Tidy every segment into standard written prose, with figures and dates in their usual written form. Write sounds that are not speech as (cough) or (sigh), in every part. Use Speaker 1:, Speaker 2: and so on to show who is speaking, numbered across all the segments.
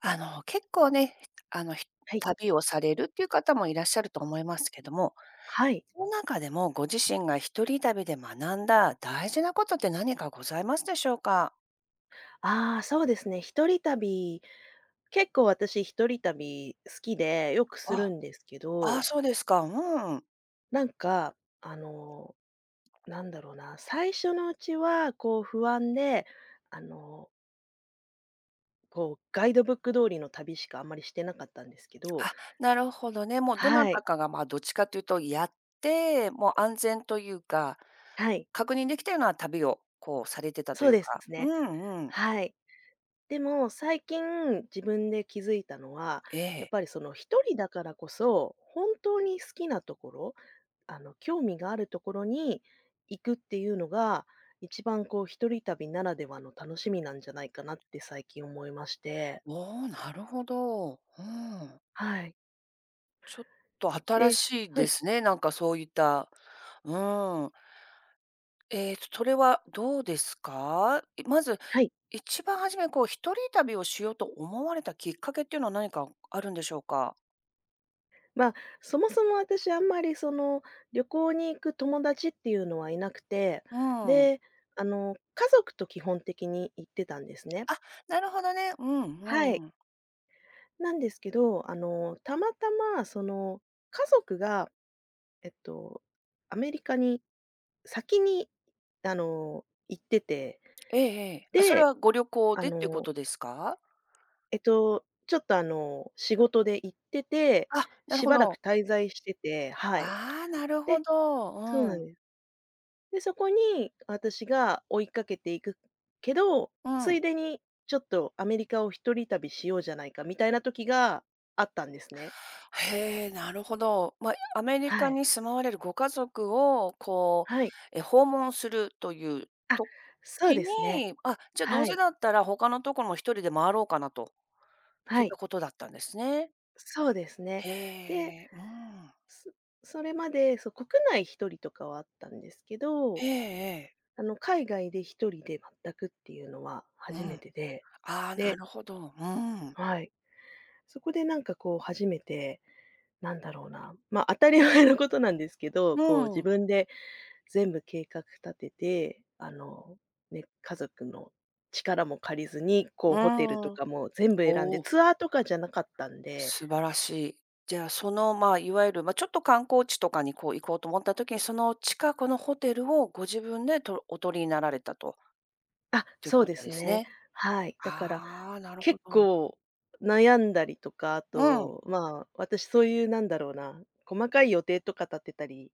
Speaker 1: 結構ね、あの、ひ
Speaker 2: はい。
Speaker 1: 旅をされるっていう方もいらっしゃると思いますけども、
Speaker 2: はい。
Speaker 1: その中でもご自身が一人旅で学んだ大事なことって何かございますでしょうか？
Speaker 2: ああ、そうですね。一人旅、結構私一人旅好きでよくする
Speaker 1: あ、
Speaker 2: んですけ
Speaker 1: あ
Speaker 2: ど、
Speaker 1: あ、そうですか。うん。
Speaker 2: なんか、なんだろうな、最初のうちはこう不安で、あの、こうガイドブック通りの旅しかあんまりしてなかったんですけど、
Speaker 1: あ、なるほどね。もうどな
Speaker 2: はい。
Speaker 1: たかが、まあ、どっちかというとやって、もう安全というか、
Speaker 2: はい。
Speaker 1: 確認できたような旅をこうされてたと
Speaker 2: そ
Speaker 1: い
Speaker 2: う
Speaker 1: う
Speaker 2: です
Speaker 1: か。う
Speaker 2: ね。
Speaker 1: んうん。
Speaker 2: はい。でも、最近自分で気づいたのは、
Speaker 1: え
Speaker 2: やっ
Speaker 1: え。
Speaker 2: ぱりその一人だからこそ、本当に好きなところ、興味があるところに行くっていうのが、一番こう一人旅ならではの楽しみなんじゃないかなって最近思いまして。
Speaker 1: おお、なるほど。うん。
Speaker 2: はい。
Speaker 1: ちょっと新
Speaker 2: で、
Speaker 1: しい
Speaker 2: は
Speaker 1: で
Speaker 2: い、
Speaker 1: すね、なんかそういった。うん。それはどうですか？まず、
Speaker 2: はい。
Speaker 1: 一番初めにこう一人旅をしようと思われたきっかけっていうのは何かあるんでしょうか？
Speaker 2: まあ、そもそも私あんまりその、旅行に行く友達っていうのはいなくて、
Speaker 1: うん。
Speaker 2: で、家族と基本的に行ってたんですね。
Speaker 1: あ、なるほどね。うん
Speaker 2: はい。
Speaker 1: うん。
Speaker 2: なんですけど、たまたまその家族が、えっと、アメリカに先に、行ってて、
Speaker 1: ええええ。あ、それ
Speaker 2: で、
Speaker 1: はご旅行
Speaker 2: あ
Speaker 1: でっていうこ
Speaker 2: の、
Speaker 1: とですか？
Speaker 2: ちょっと仕事で行ってて、
Speaker 1: あ、なる
Speaker 2: し
Speaker 1: ほ
Speaker 2: ばらく
Speaker 1: ど。
Speaker 2: 滞在してて、はい。
Speaker 1: ああ、なるほ
Speaker 2: で、
Speaker 1: ど。
Speaker 2: そう
Speaker 1: う
Speaker 2: な
Speaker 1: ん。
Speaker 2: んです。で、そこに私が追いかけていくけど、
Speaker 1: う
Speaker 2: つい
Speaker 1: ん。
Speaker 2: でにちょっとアメリカを一人旅しようじゃないかみたいな時があったんですね。
Speaker 1: へえ、なるほど。まあ、アメリ
Speaker 2: は
Speaker 1: カ
Speaker 2: い。
Speaker 1: に住まわれるご家族を、こ
Speaker 2: はい。
Speaker 1: う、訪問するという
Speaker 2: あ、そう
Speaker 1: 時
Speaker 2: ですね。
Speaker 1: に、じゃ、ど
Speaker 2: は
Speaker 1: うせ
Speaker 2: い。
Speaker 1: だったら他のところも一人で回ろうかなと、とい
Speaker 2: は
Speaker 1: った
Speaker 2: い。
Speaker 1: ことだったんですね。
Speaker 2: そうですね。
Speaker 1: へ
Speaker 2: で、
Speaker 1: え、うん。
Speaker 2: そそれまで、そう、国内一人とかはあったんですけ
Speaker 1: え
Speaker 2: ど、
Speaker 1: えええ。
Speaker 2: 海外で一人で全くっていうのは
Speaker 1: うん。
Speaker 2: 初め
Speaker 1: あ
Speaker 2: てで、
Speaker 1: あ、な
Speaker 2: で、
Speaker 1: るほど。うん。
Speaker 2: はい。そこでなんかこう初めて、なんだろうな、ま、当たり前のことなんですけど、
Speaker 1: う
Speaker 2: こう自
Speaker 1: ん。
Speaker 2: 分で全部計画立てて、ね、家族の力も借りずに、こう
Speaker 1: う
Speaker 2: ホテルと
Speaker 1: ーん。
Speaker 2: かも全部選ん
Speaker 1: お
Speaker 2: で、
Speaker 1: お。
Speaker 2: ツアーとかじゃなかったんで、
Speaker 1: 素晴らしい。じゃあ、その、まあ、いわゆる、まあ、ちょっと観光地とかにこう行こうと思った時に、その近くのホテルをご自分でとお取りになられたと
Speaker 2: あ、
Speaker 1: いう
Speaker 2: そう
Speaker 1: こ
Speaker 2: で
Speaker 1: と
Speaker 2: す
Speaker 1: です
Speaker 2: ね。
Speaker 1: ね。
Speaker 2: はい。だから、
Speaker 1: ああ、なるほ
Speaker 2: 結
Speaker 1: ど。
Speaker 2: 構悩んだりとか、あ
Speaker 1: うん。
Speaker 2: と、まあ、私そういうなんだろうな、細かい予定とか立てたり、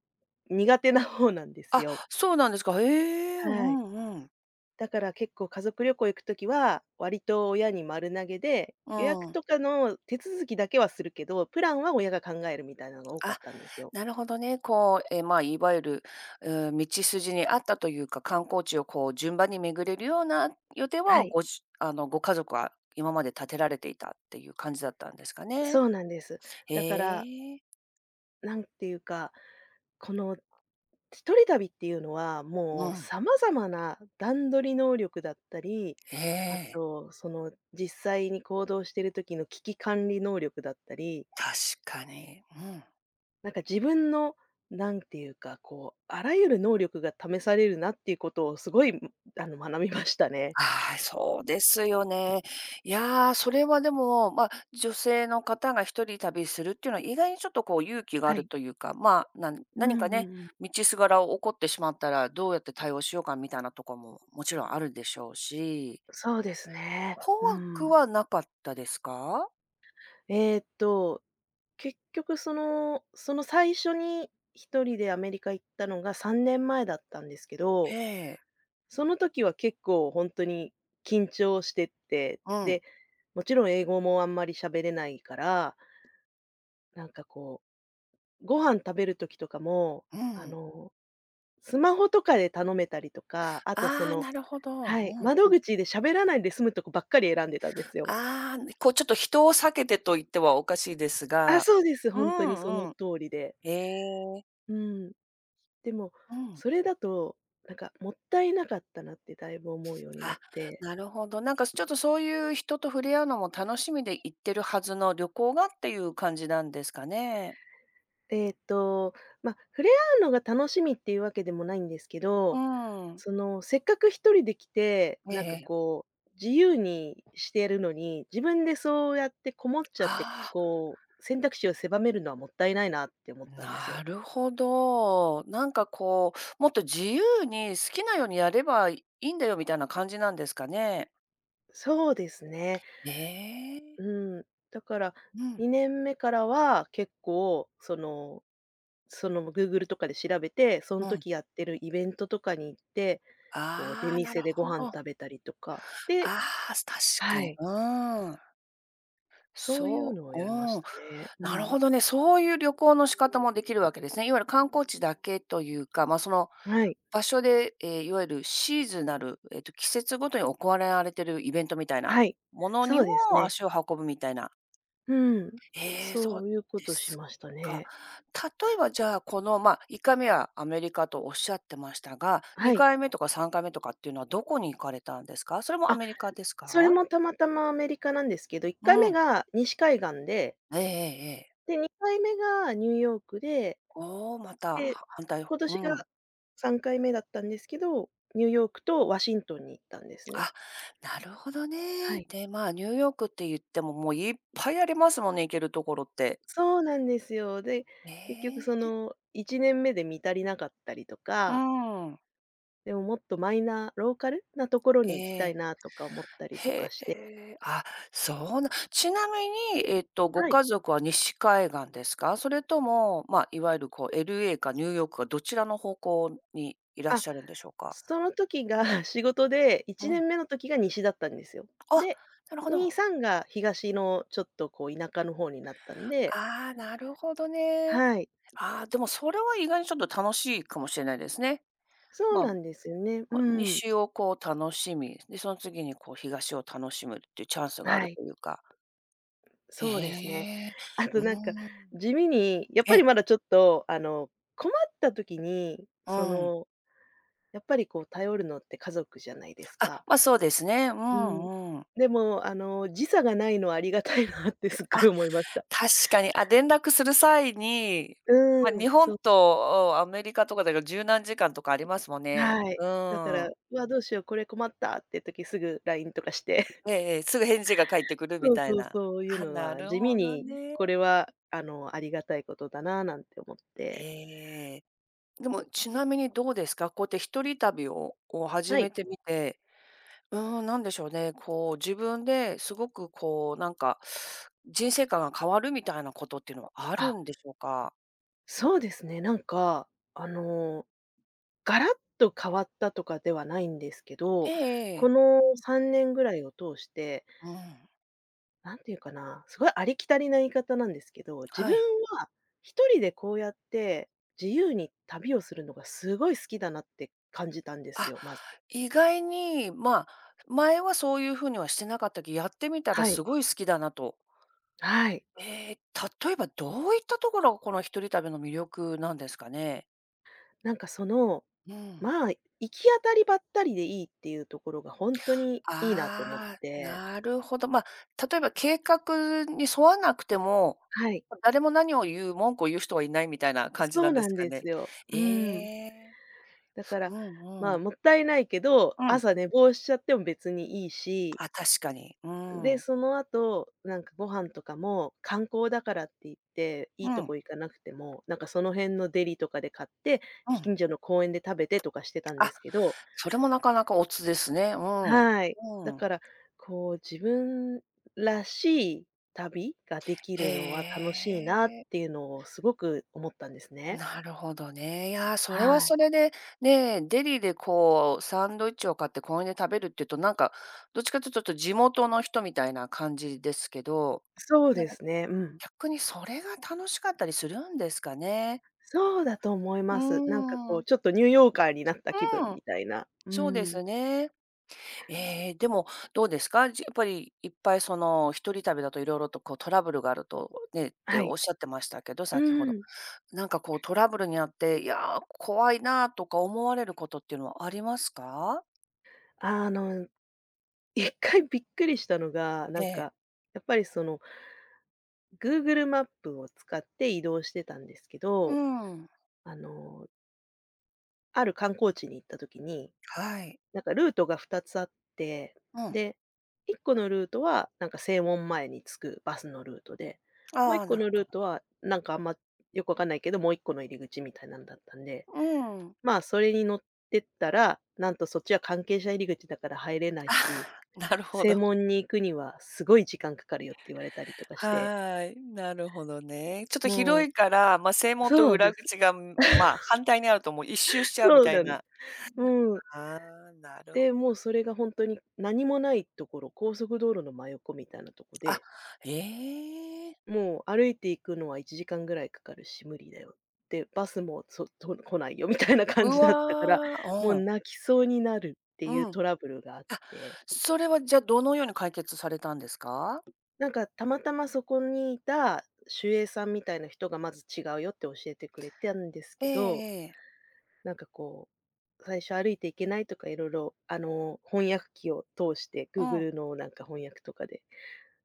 Speaker 2: 苦手な方なんです
Speaker 1: あ、
Speaker 2: よ。
Speaker 1: そうなんですか。へえ、う
Speaker 2: はい。
Speaker 1: んうん。
Speaker 2: だから結構家族旅行行くときは、割と親に丸投げで、
Speaker 1: う
Speaker 2: 予約
Speaker 1: ん。
Speaker 2: とかの手続きだけはするけど、プランは親が考えるみたいなのが多かっ
Speaker 1: あ、
Speaker 2: たんですよ。
Speaker 1: なるほどね。こう、まあ、いわゆる、うん、道筋にあったというか、観光地をこう順番に巡れるような予定
Speaker 2: は
Speaker 1: は、
Speaker 2: い、
Speaker 1: ごじあの、ご家族は今まで立てられていたっていう感じだったんですかね。
Speaker 2: そうなんです。
Speaker 1: へ
Speaker 2: だから、
Speaker 1: え。
Speaker 2: なんていうか、この、一人旅っていうのは、も
Speaker 1: う
Speaker 2: う
Speaker 1: ん、
Speaker 2: 様々な段取り能力だったり、
Speaker 1: え
Speaker 2: あ
Speaker 1: え、
Speaker 2: と、その、実際に行動してる時の危機管理能力だったり、
Speaker 1: 確かに。うん。
Speaker 2: なんか自分の、なんていうか、こう、あらゆる能力が試されるなっていうことをすごい、学びましたね。
Speaker 1: ああ、そうですよね。いや、それはでも、まあ、女性の方が一人旅するっていうのは、意外にちょっとこう勇気があ
Speaker 2: は
Speaker 1: る
Speaker 2: い。
Speaker 1: というか、まあ、なん
Speaker 2: うん
Speaker 1: 何
Speaker 2: う
Speaker 1: かね、
Speaker 2: んうん。
Speaker 1: 道すがら起こってしまったら、どうやって対応しようかみたいなとこも、もちろんあるでしょうし、
Speaker 2: そうですね。う
Speaker 1: 怖く
Speaker 2: ん。
Speaker 1: はなかったですか？
Speaker 2: えーっと結局その、その最初に一人でアメリカ行ったのが3年前だったんですけ
Speaker 1: え
Speaker 2: ど、
Speaker 1: え。
Speaker 2: その時は結構ほんとに緊張してって、
Speaker 1: うん、
Speaker 2: で、もちろん英語もあんまり喋れないから、なんかこう、ご飯食べる時とかも、
Speaker 1: う
Speaker 2: あ
Speaker 1: ん。
Speaker 2: の、スマホとかで頼めたりとか、あとそ
Speaker 1: ああ、
Speaker 2: の、
Speaker 1: なるほど。う
Speaker 2: はい、
Speaker 1: ん。
Speaker 2: 窓口で喋らないで済むとこばっかり選んでたんですよ。
Speaker 1: ああ、ね、こうちょっと人を避けてと言ってはおかしいです
Speaker 2: あ、
Speaker 1: が。
Speaker 2: そうです、
Speaker 1: う
Speaker 2: ほんとにそ
Speaker 1: ん
Speaker 2: の
Speaker 1: うん。
Speaker 2: 通りで。
Speaker 1: ええ。
Speaker 2: うん。でも、
Speaker 1: うん。
Speaker 2: それだと、なんかもったいなかったなってだいぶ思うようにな
Speaker 1: あ、
Speaker 2: って、
Speaker 1: なるほど。なんかちょっとそういう人と触れ合うのも楽しみで行ってるはずの旅行がっていう感じなんですかね？
Speaker 2: えっと、ま、触れ合うのが楽しみっていうわけでもないんですけ
Speaker 1: う
Speaker 2: ど、
Speaker 1: ん。
Speaker 2: その、せっかく一人で来て、
Speaker 1: ええ
Speaker 2: なんか
Speaker 1: ええ。
Speaker 2: こう、自由にしてるのに、自分でそうやってこもっちゃって、
Speaker 1: あ
Speaker 2: こう、選択肢を狭めるのはもったいないなって思ったんです
Speaker 1: あ、な
Speaker 2: よ。
Speaker 1: るほど。なんかこう、もっと自由に好きなようにやればいいんだよみたいな感じなんですかね？
Speaker 2: そうですね。
Speaker 1: ええ。
Speaker 2: うん、だから、
Speaker 1: うん、
Speaker 2: 2年目からは結構、その、グーグルとかで調べて、その
Speaker 1: うん。
Speaker 2: 時やってるイベントとかに行って、こう出
Speaker 1: ああ、な
Speaker 2: 店
Speaker 1: る
Speaker 2: でご
Speaker 1: ほ
Speaker 2: 飯
Speaker 1: ど。
Speaker 2: 食べたりとか、で、
Speaker 1: ああ、確か
Speaker 2: は
Speaker 1: に。
Speaker 2: い。
Speaker 1: うん。
Speaker 2: そういう
Speaker 1: そ
Speaker 2: のをや
Speaker 1: う、う
Speaker 2: りまし
Speaker 1: ん。
Speaker 2: たね。う
Speaker 1: なる
Speaker 2: ん。
Speaker 1: ほどね。そういう旅行の仕方もできるわけですね。いわゆる観光地だけというか、まあ、その
Speaker 2: はい。
Speaker 1: 場所で、いわゆるシーズナル、季節ごとに行われられてるイベントみたい
Speaker 2: は
Speaker 1: な
Speaker 2: い。
Speaker 1: ものに
Speaker 2: そう
Speaker 1: も
Speaker 2: ですね。
Speaker 1: 足を運ぶみたいな。
Speaker 2: うん。
Speaker 1: そ
Speaker 2: そ
Speaker 1: う
Speaker 2: ういうこ
Speaker 1: で
Speaker 2: とし
Speaker 1: す
Speaker 2: ました
Speaker 1: か。
Speaker 2: ね。
Speaker 1: 例えば、じゃあ、この、まあ、1回目はアメリカとおっしゃってましたが、
Speaker 2: はい。
Speaker 1: 2回目とか3回目とかっていうのはどこに行かれたんですか？それもア
Speaker 2: あ、
Speaker 1: メリカです
Speaker 2: それ
Speaker 1: か？
Speaker 2: もたまたまアメリカなんですけど、1
Speaker 1: う
Speaker 2: 回目
Speaker 1: ん。
Speaker 2: が西海岸で、
Speaker 1: ええええええ。
Speaker 2: で、2回目がニューヨークで、
Speaker 1: おお、また、
Speaker 2: で、
Speaker 1: は反対方。
Speaker 2: 今年が
Speaker 1: うん。
Speaker 2: 3回目だったんですけど、ニューヨークとワシントンに行ったんですね。
Speaker 1: あ、なるほど
Speaker 2: は
Speaker 1: ね。
Speaker 2: い。
Speaker 1: で、まあ、ニューヨークって言っても、もういっぱいありますもんね、行けるところって。
Speaker 2: そうなんですよ。で、
Speaker 1: え
Speaker 2: 結局そ
Speaker 1: え。
Speaker 2: の1年目で見足りなかったりと
Speaker 1: う
Speaker 2: か、
Speaker 1: ん。
Speaker 2: でももっとマイナー、ローカルなところ
Speaker 1: え
Speaker 2: に行きたい
Speaker 1: え。
Speaker 2: なとか思ったり
Speaker 1: へ
Speaker 2: とかして。
Speaker 1: え。そうなちなみに、ご
Speaker 2: はい。
Speaker 1: 家族は西海岸ですか？それとも、まあ、いわゆるこう LA かニューヨークかどちらの方向にいらっ
Speaker 2: あ、
Speaker 1: しゃるんでしょうか？
Speaker 2: その時が (laughs) 仕事で、1
Speaker 1: うん。
Speaker 2: 年目の時が西だったんですよ。
Speaker 1: あ、
Speaker 2: で、
Speaker 1: なるほ
Speaker 2: 2、
Speaker 1: ど。
Speaker 2: 3が東のちょっとこう田舎の方になったんで、
Speaker 1: ああ、なるほどね。
Speaker 2: はい。
Speaker 1: ああ、でもそれは意外にちょっと楽しいかもしれないですね。
Speaker 2: そう
Speaker 1: まあ、も
Speaker 2: なんですよね。う
Speaker 1: う
Speaker 2: ん。
Speaker 1: 西をこう楽しみ、で、その次にこう東を楽しむっていうチャンスがあ
Speaker 2: は
Speaker 1: る
Speaker 2: い。
Speaker 1: というか。へ
Speaker 2: そうですね。
Speaker 1: え、
Speaker 2: あ
Speaker 1: う
Speaker 2: と
Speaker 1: ー
Speaker 2: なんか、
Speaker 1: ん。
Speaker 2: 地味に、やっぱり
Speaker 1: え、
Speaker 2: まだちょっと、困った時に、
Speaker 1: う
Speaker 2: そ
Speaker 1: ん。
Speaker 2: の、やっぱりこう頼るのって家族じゃないです
Speaker 1: あ、
Speaker 2: か。
Speaker 1: ま、そうですね。う
Speaker 2: うん。
Speaker 1: んうん。
Speaker 2: でも、時差がないのはありがたいなって (laughs) すっごい思いました。
Speaker 1: 確かに、あ、連絡する際に、
Speaker 2: うん、
Speaker 1: まあ、日
Speaker 2: そ
Speaker 1: 本
Speaker 2: う、
Speaker 1: とアメリカとかだと十何時間とかありますもんね。
Speaker 2: はい。
Speaker 1: う
Speaker 2: だから、
Speaker 1: ん。
Speaker 2: 「うわ、どうしよう、これ困った」って時すぐ LINE とかして。(laughs)
Speaker 1: ええ、すぐ返事が返ってくるみ
Speaker 2: そう
Speaker 1: たい
Speaker 2: そう、
Speaker 1: な。
Speaker 2: そういう
Speaker 1: あ、
Speaker 2: の
Speaker 1: な
Speaker 2: は
Speaker 1: る
Speaker 2: 地味
Speaker 1: ほど
Speaker 2: に、
Speaker 1: ね。
Speaker 2: これは、ありがたいことだななんて思って。
Speaker 1: ええ。でも、ちなみにどうですか？こうやって一人旅を始
Speaker 2: はい。
Speaker 1: めてみて、うーん、なんでしょうね、こう、自分ですごくこう、なんか、人生観が変わるみたいなことっていうのはあ
Speaker 2: あ、
Speaker 1: るんでしょうか？
Speaker 2: そうですね、なんか、ガラッと変わったとかではないんですけ
Speaker 1: え
Speaker 2: ど、
Speaker 1: ええ
Speaker 2: こ
Speaker 1: え。
Speaker 2: の3年ぐらいを通して、
Speaker 1: うん、
Speaker 2: なんていうかな、すごいありきたりな言い方なんですけど、自
Speaker 1: は
Speaker 2: 分
Speaker 1: い。
Speaker 2: は一人でこうやって自由に旅をするのがすごい好きだなって感じたんです
Speaker 1: あ、
Speaker 2: よ、まず。
Speaker 1: 意外に、まあ、前はそういうふうにはしてなかったけど、やってみたら
Speaker 2: はい、
Speaker 1: すごい好きだなと。
Speaker 2: はい。
Speaker 1: ええ、例えばどういったところがこの一人旅の魅力なんですかね？
Speaker 2: なんかその、
Speaker 1: うん。
Speaker 2: まあ、行き当たりばったりでいいっていうところが本当にいいなと思っ
Speaker 1: ああ、
Speaker 2: て。
Speaker 1: なるほど。まあ、例えば計画に沿わなくても、
Speaker 2: はい、
Speaker 1: 誰も何を言う、文句を言う人はいないみたいな感じ
Speaker 2: そ
Speaker 1: な
Speaker 2: う
Speaker 1: んで
Speaker 2: な
Speaker 1: す
Speaker 2: ん
Speaker 1: か
Speaker 2: です
Speaker 1: ね。
Speaker 2: よ。
Speaker 1: え
Speaker 2: うん。
Speaker 1: え。
Speaker 2: だから、
Speaker 1: うん
Speaker 2: ま
Speaker 1: う
Speaker 2: あ、
Speaker 1: ん。
Speaker 2: もったいないけど、
Speaker 1: うん。
Speaker 2: 朝寝坊しちゃっても別にいいし、
Speaker 1: あ、確かに。う
Speaker 2: で、
Speaker 1: ん。
Speaker 2: その後、なんかご飯とかも観光だからって言って、い
Speaker 1: う
Speaker 2: いと
Speaker 1: ん。
Speaker 2: こ行かなくても、なんかその辺のデリとかで買って、
Speaker 1: うん。
Speaker 2: 近所の公園で食べてとかしてたんで
Speaker 1: あ、
Speaker 2: すけど、
Speaker 1: それもなかなかおつですね。うん。う
Speaker 2: はい。だか
Speaker 1: ん。
Speaker 2: ら、こう自分らしい旅ができるのは
Speaker 1: へ
Speaker 2: 楽しいなって
Speaker 1: え。
Speaker 2: いうのをすごく思ったんですね。
Speaker 1: なるほどね。いやー、それは
Speaker 2: はい。
Speaker 1: それで、ね、デリでこうサンドイッチを買って公園で食べるっていうと、なんか、どっちかというと、ちょっと地元の人みたいな感じですけど、
Speaker 2: そう
Speaker 1: なん
Speaker 2: で
Speaker 1: か
Speaker 2: すね、うん。
Speaker 1: 逆にそれが楽しかったりするんですかね。
Speaker 2: そうだと思い
Speaker 1: う
Speaker 2: ます。なんかこ
Speaker 1: ー
Speaker 2: う、
Speaker 1: ん。
Speaker 2: ちょっとニューヨーカーになった気分
Speaker 1: うん。
Speaker 2: みたいな。う
Speaker 1: そうで
Speaker 2: ん。
Speaker 1: すね。ええ、でもどうですか？やっぱりいっぱいその、一人旅だと色々とこうトラブルがあるとねって
Speaker 2: は
Speaker 1: お
Speaker 2: い。
Speaker 1: っしゃってましたけど、先ほ
Speaker 2: う
Speaker 1: ど。
Speaker 2: ん。
Speaker 1: なんかこうトラブルにあって、いやー、怖いなとか思われることっていうのはありますか？
Speaker 2: あの、一回びっくりしたのが、
Speaker 1: え
Speaker 2: なんか、
Speaker 1: え。
Speaker 2: やっぱりその、Google マップを使って移動してたんですけ
Speaker 1: う
Speaker 2: ど、
Speaker 1: ん。
Speaker 2: あの、ある観光地に行った時に、
Speaker 1: はい。
Speaker 2: なんかルートが2つあって、
Speaker 1: うん。
Speaker 2: で、1個のルートは、なんか正門前に着くバスのルートで、もう
Speaker 1: あ
Speaker 2: 1
Speaker 1: あ、
Speaker 2: 個
Speaker 1: なる
Speaker 2: の
Speaker 1: ほ
Speaker 2: ルー
Speaker 1: ど。
Speaker 2: トは、なんかあんまよくわかんないけど、もう1個の入り口みたいなんだったんで、
Speaker 1: うん。
Speaker 2: ま、あそれに乗ってったら、なんとそっちは関係者入り口だから入れな
Speaker 1: (laughs)
Speaker 2: い
Speaker 1: あ
Speaker 2: し、
Speaker 1: ーなるほ
Speaker 2: 正
Speaker 1: ど。
Speaker 2: 門に行くにはすごい時間かかるよって言われたりと
Speaker 1: (laughs)
Speaker 2: かし
Speaker 1: は
Speaker 2: て、
Speaker 1: ーい、なるほどね。ちょっと
Speaker 2: も
Speaker 1: 広いから、まあ、正
Speaker 2: う、
Speaker 1: 門
Speaker 2: そう
Speaker 1: と
Speaker 2: なんで
Speaker 1: 裏
Speaker 2: す。
Speaker 1: 口が、まあ、反対にあるともう一周
Speaker 2: (laughs)
Speaker 1: しちゃうみ
Speaker 2: そう
Speaker 1: た
Speaker 2: な
Speaker 1: い
Speaker 2: んです。
Speaker 1: な。
Speaker 2: うん。
Speaker 1: ああ、なるほど。
Speaker 2: で、もうそれが本当に何もないところ、高速道路の真横みたいなとこ
Speaker 1: あ、
Speaker 2: で、
Speaker 1: ええ。
Speaker 2: もう歩いて行くのは1時間ぐらいかかるし無理だよ。で、バスもそと来ないよみたいな
Speaker 1: う
Speaker 2: 感じだったから、
Speaker 1: わ
Speaker 2: もう
Speaker 1: ー、
Speaker 2: 泣きそうになるって
Speaker 1: う
Speaker 2: い
Speaker 1: ん、
Speaker 2: う
Speaker 1: うん。
Speaker 2: トラブルがあって。
Speaker 1: それはじゃ、どのように解決されたんですか？
Speaker 2: なんか、たまたまそこにいた守衛さんみたいな人がまず違うよって教えてくれたんです
Speaker 1: え
Speaker 2: けど、
Speaker 1: えええ。
Speaker 2: なんかこう、最初歩いていけないとかいろいろ翻訳機を通して、
Speaker 1: うん。
Speaker 2: Google のなんか翻訳とかで。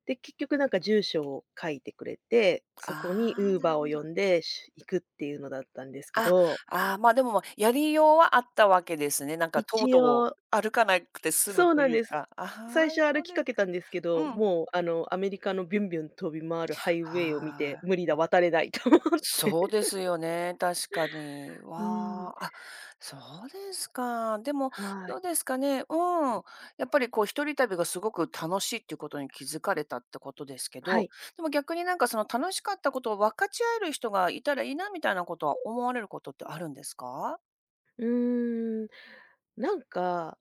Speaker 2: で、結局なんか住所を書いてくれて、そこに
Speaker 1: ああ、な
Speaker 2: Uber
Speaker 1: るほ
Speaker 2: を
Speaker 1: ど。
Speaker 2: 呼んで、行くっていうのだったんですけ
Speaker 1: あ、
Speaker 2: ど、
Speaker 1: ああ、ま、でも、やりようはあったわけですね。なんか、
Speaker 2: 一
Speaker 1: とぼとぼ
Speaker 2: 応
Speaker 1: 歩かなくて済む
Speaker 2: そう
Speaker 1: と
Speaker 2: なん
Speaker 1: いう
Speaker 2: です。
Speaker 1: か。ああ、
Speaker 2: 最初歩
Speaker 1: そう
Speaker 2: き
Speaker 1: で
Speaker 2: か
Speaker 1: す
Speaker 2: け
Speaker 1: か。
Speaker 2: たんですけど、
Speaker 1: うん。
Speaker 2: もうアメリカのビュンビュン飛び回るハイウェイを見
Speaker 1: は
Speaker 2: て、
Speaker 1: い。
Speaker 2: 無理だ、渡れないと思って。
Speaker 1: そうですよね、確かに。
Speaker 2: うん、
Speaker 1: わあ、あ、そうですか。でも、
Speaker 2: はい。
Speaker 1: どうですかね、うん、やっぱり、こう、一人旅がすごく楽しいっていうことに気づかれたってことですけ
Speaker 2: は
Speaker 1: ど、
Speaker 2: い。
Speaker 1: でも逆に、なんか、その、楽しかったことを分かち合える人がいたらいいなみたいなことは思われることってあるんですか？
Speaker 2: うーん、なんか、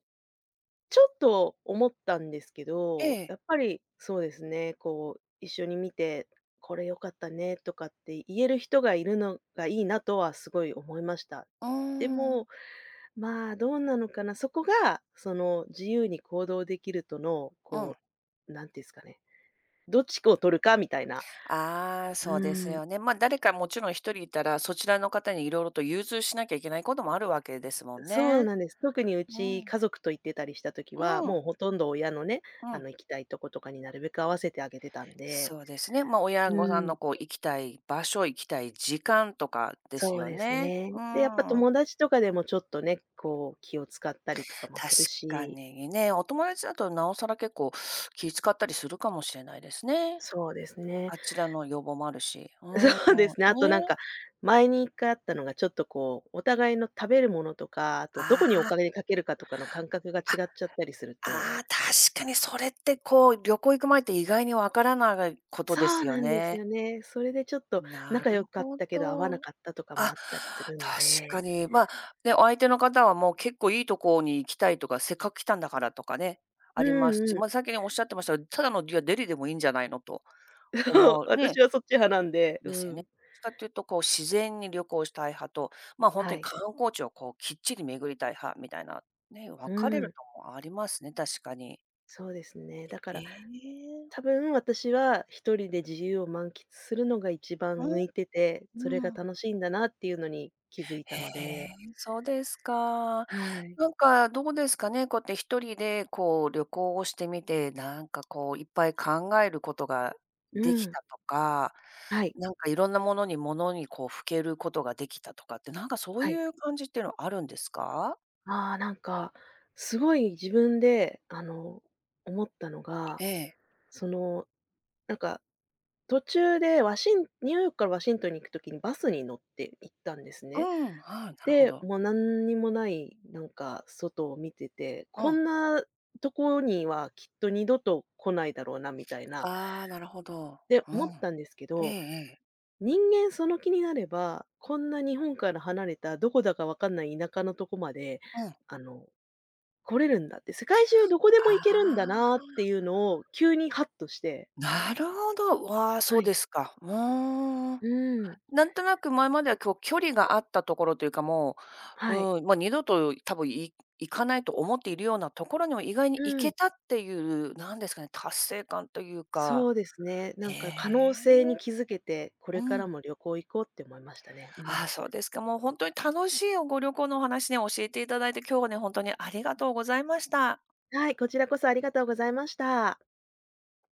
Speaker 2: ちょっと思ったんですけ
Speaker 1: え
Speaker 2: ど、
Speaker 1: え。
Speaker 2: やっぱりそうですね、こう、一緒に見て、これ良かったねとかって言える人がいるのがいいなとはすごい思いました。
Speaker 1: うー
Speaker 2: で
Speaker 1: ん、
Speaker 2: も、まあ、どうなのかな、そこが、その、自由に行動できるとの、
Speaker 1: うん。
Speaker 2: こう、なんていうんですかね、どっちを取るかみたいな。
Speaker 1: ああ、
Speaker 2: う
Speaker 1: そうです
Speaker 2: ーん。
Speaker 1: よね。まあ、誰かもちろん一人いたら、そちらの方にいろいろと融通しなきゃいけないこともあるわけですもん
Speaker 2: そう
Speaker 1: ね。
Speaker 2: なんです。特にう
Speaker 1: う
Speaker 2: ち
Speaker 1: ん。
Speaker 2: 家族と行ってたりした時は、
Speaker 1: う
Speaker 2: もう
Speaker 1: ん、
Speaker 2: ほとんど親のね、
Speaker 1: う
Speaker 2: あ
Speaker 1: ん。
Speaker 2: の行きたいとことかになるべく合わせてあげてたんで。
Speaker 1: そうですね。まあ、親御さん
Speaker 2: うん、
Speaker 1: のこう行きたい場所、行きたい時間とかです
Speaker 2: そう
Speaker 1: よ
Speaker 2: です
Speaker 1: ね。
Speaker 2: ね。
Speaker 1: う
Speaker 2: で、やっぱ
Speaker 1: ん。
Speaker 2: 友達とかでもちょっとね、こう気を使ったりとかも
Speaker 1: 確
Speaker 2: する
Speaker 1: か
Speaker 2: し。
Speaker 1: にね、お友達だとなおさら結構気使ったりするかもしれないですね。
Speaker 2: そうですね。
Speaker 1: あちらの要望もあるし。
Speaker 2: (laughs) そうで
Speaker 1: う
Speaker 2: すね。
Speaker 1: ん、
Speaker 2: あとなんか、
Speaker 1: ね。
Speaker 2: 前に一回あったのがちょっとこう、お互いの食べるものとか、あとど
Speaker 1: あ
Speaker 2: こにお
Speaker 1: あ。
Speaker 2: 金かけるかとかの感覚が違っちゃったりすると、
Speaker 1: ああ、確かにそれってこう、旅行行く前って意外にわからないこと
Speaker 2: そ
Speaker 1: で
Speaker 2: う
Speaker 1: すよ
Speaker 2: なんです
Speaker 1: ね。
Speaker 2: よね。それでちょっと
Speaker 1: な
Speaker 2: 仲
Speaker 1: る
Speaker 2: 良かっ
Speaker 1: ほ
Speaker 2: たけど合わな
Speaker 1: ど。
Speaker 2: かったとかも
Speaker 1: あ、
Speaker 2: あったりするん
Speaker 1: 確か
Speaker 2: で。
Speaker 1: に。まあ、ね、お相手の方はもう結構いいとこに行きたいとか、せっかく来たんだからとかね、あ
Speaker 2: う
Speaker 1: ります
Speaker 2: ん
Speaker 1: し、
Speaker 2: う
Speaker 1: まあ、
Speaker 2: ん。
Speaker 1: 先におっしゃってましたが、ただのいや、デリでもいいんじゃないのと
Speaker 2: (laughs)
Speaker 1: 思う
Speaker 2: 私
Speaker 1: ね、
Speaker 2: はそっち派なんで、う
Speaker 1: ですよね。
Speaker 2: ん。
Speaker 1: しかっていうとこう自然に旅行したい派と、本
Speaker 2: は
Speaker 1: 当に
Speaker 2: い。
Speaker 1: 観光地をこうきっちり巡りたい派みたいな、ね、分
Speaker 2: う
Speaker 1: かれる
Speaker 2: ん。
Speaker 1: ともありますね、確かに。
Speaker 2: そうですね。だか
Speaker 1: え
Speaker 2: ら
Speaker 1: え。
Speaker 2: 多分私は一人で自由を満喫するのが一番
Speaker 1: うん、
Speaker 2: 向いてて、
Speaker 1: う
Speaker 2: それが
Speaker 1: ん。
Speaker 2: 楽しいんだなっていうのに気づいた
Speaker 1: へ
Speaker 2: の
Speaker 1: え、
Speaker 2: で。
Speaker 1: そうですか。
Speaker 2: はい。
Speaker 1: なんかどうですかね、こうやって一人でこう旅行をしてみて、なんかこういっぱい考えることが
Speaker 2: う
Speaker 1: でき
Speaker 2: ん。
Speaker 1: たとか、
Speaker 2: はい。
Speaker 1: なんかいろんなものに物にこうふけることができたとかって、なんかそう
Speaker 2: はい。
Speaker 1: いう感じっていうのはあるんですか？
Speaker 2: ああ、なんか、すごい自分で、思ったのが、
Speaker 1: ええ。
Speaker 2: その、なんか途中でワシンニューヨークからワシントンに行く時にバスに乗って行ったんです
Speaker 1: う
Speaker 2: ね。
Speaker 1: ん、はい、なるほ
Speaker 2: で、
Speaker 1: ど。
Speaker 2: もう何にもない、なんか外を見てて、
Speaker 1: う
Speaker 2: こ
Speaker 1: ん。
Speaker 2: んなとこにはきっと二度と来ないだろうなみたいな、
Speaker 1: ああ、なるほど。
Speaker 2: で、
Speaker 1: うん。
Speaker 2: 思ったんですけ
Speaker 1: えええ
Speaker 2: ど、
Speaker 1: え。
Speaker 2: 人間その気になれば、こんな日本から離れたどこだかわかんない田舎のとこまで、
Speaker 1: うん。あ
Speaker 2: あの、来れるんだって、世界中どこでも行けるんだな
Speaker 1: あ、
Speaker 2: っていうのを急にハッとして、
Speaker 1: なるほど。わあ、そ
Speaker 2: は
Speaker 1: う
Speaker 2: い。
Speaker 1: ですか。うーん。
Speaker 2: うん。
Speaker 1: なんとなく前までは、こう距離があったところというか、もう、
Speaker 2: はい。
Speaker 1: もう二度と多分行かないと思っているようなところにも意外に行
Speaker 2: う
Speaker 1: け
Speaker 2: ん。
Speaker 1: たっていう、なんですかね、達成感というか。
Speaker 2: そうですね。な
Speaker 1: へ
Speaker 2: んか可能性に
Speaker 1: え。
Speaker 2: 気づけて、これ
Speaker 1: う
Speaker 2: か
Speaker 1: ん。
Speaker 2: らも旅行行こうって思いましたね。う
Speaker 1: ああ、
Speaker 2: ん。
Speaker 1: そうですか。もう本当に楽しいご旅行のお話ね、教えていただいて、今日はね、本当にありがとうございました。
Speaker 2: はい、こちらこそありがとうございました。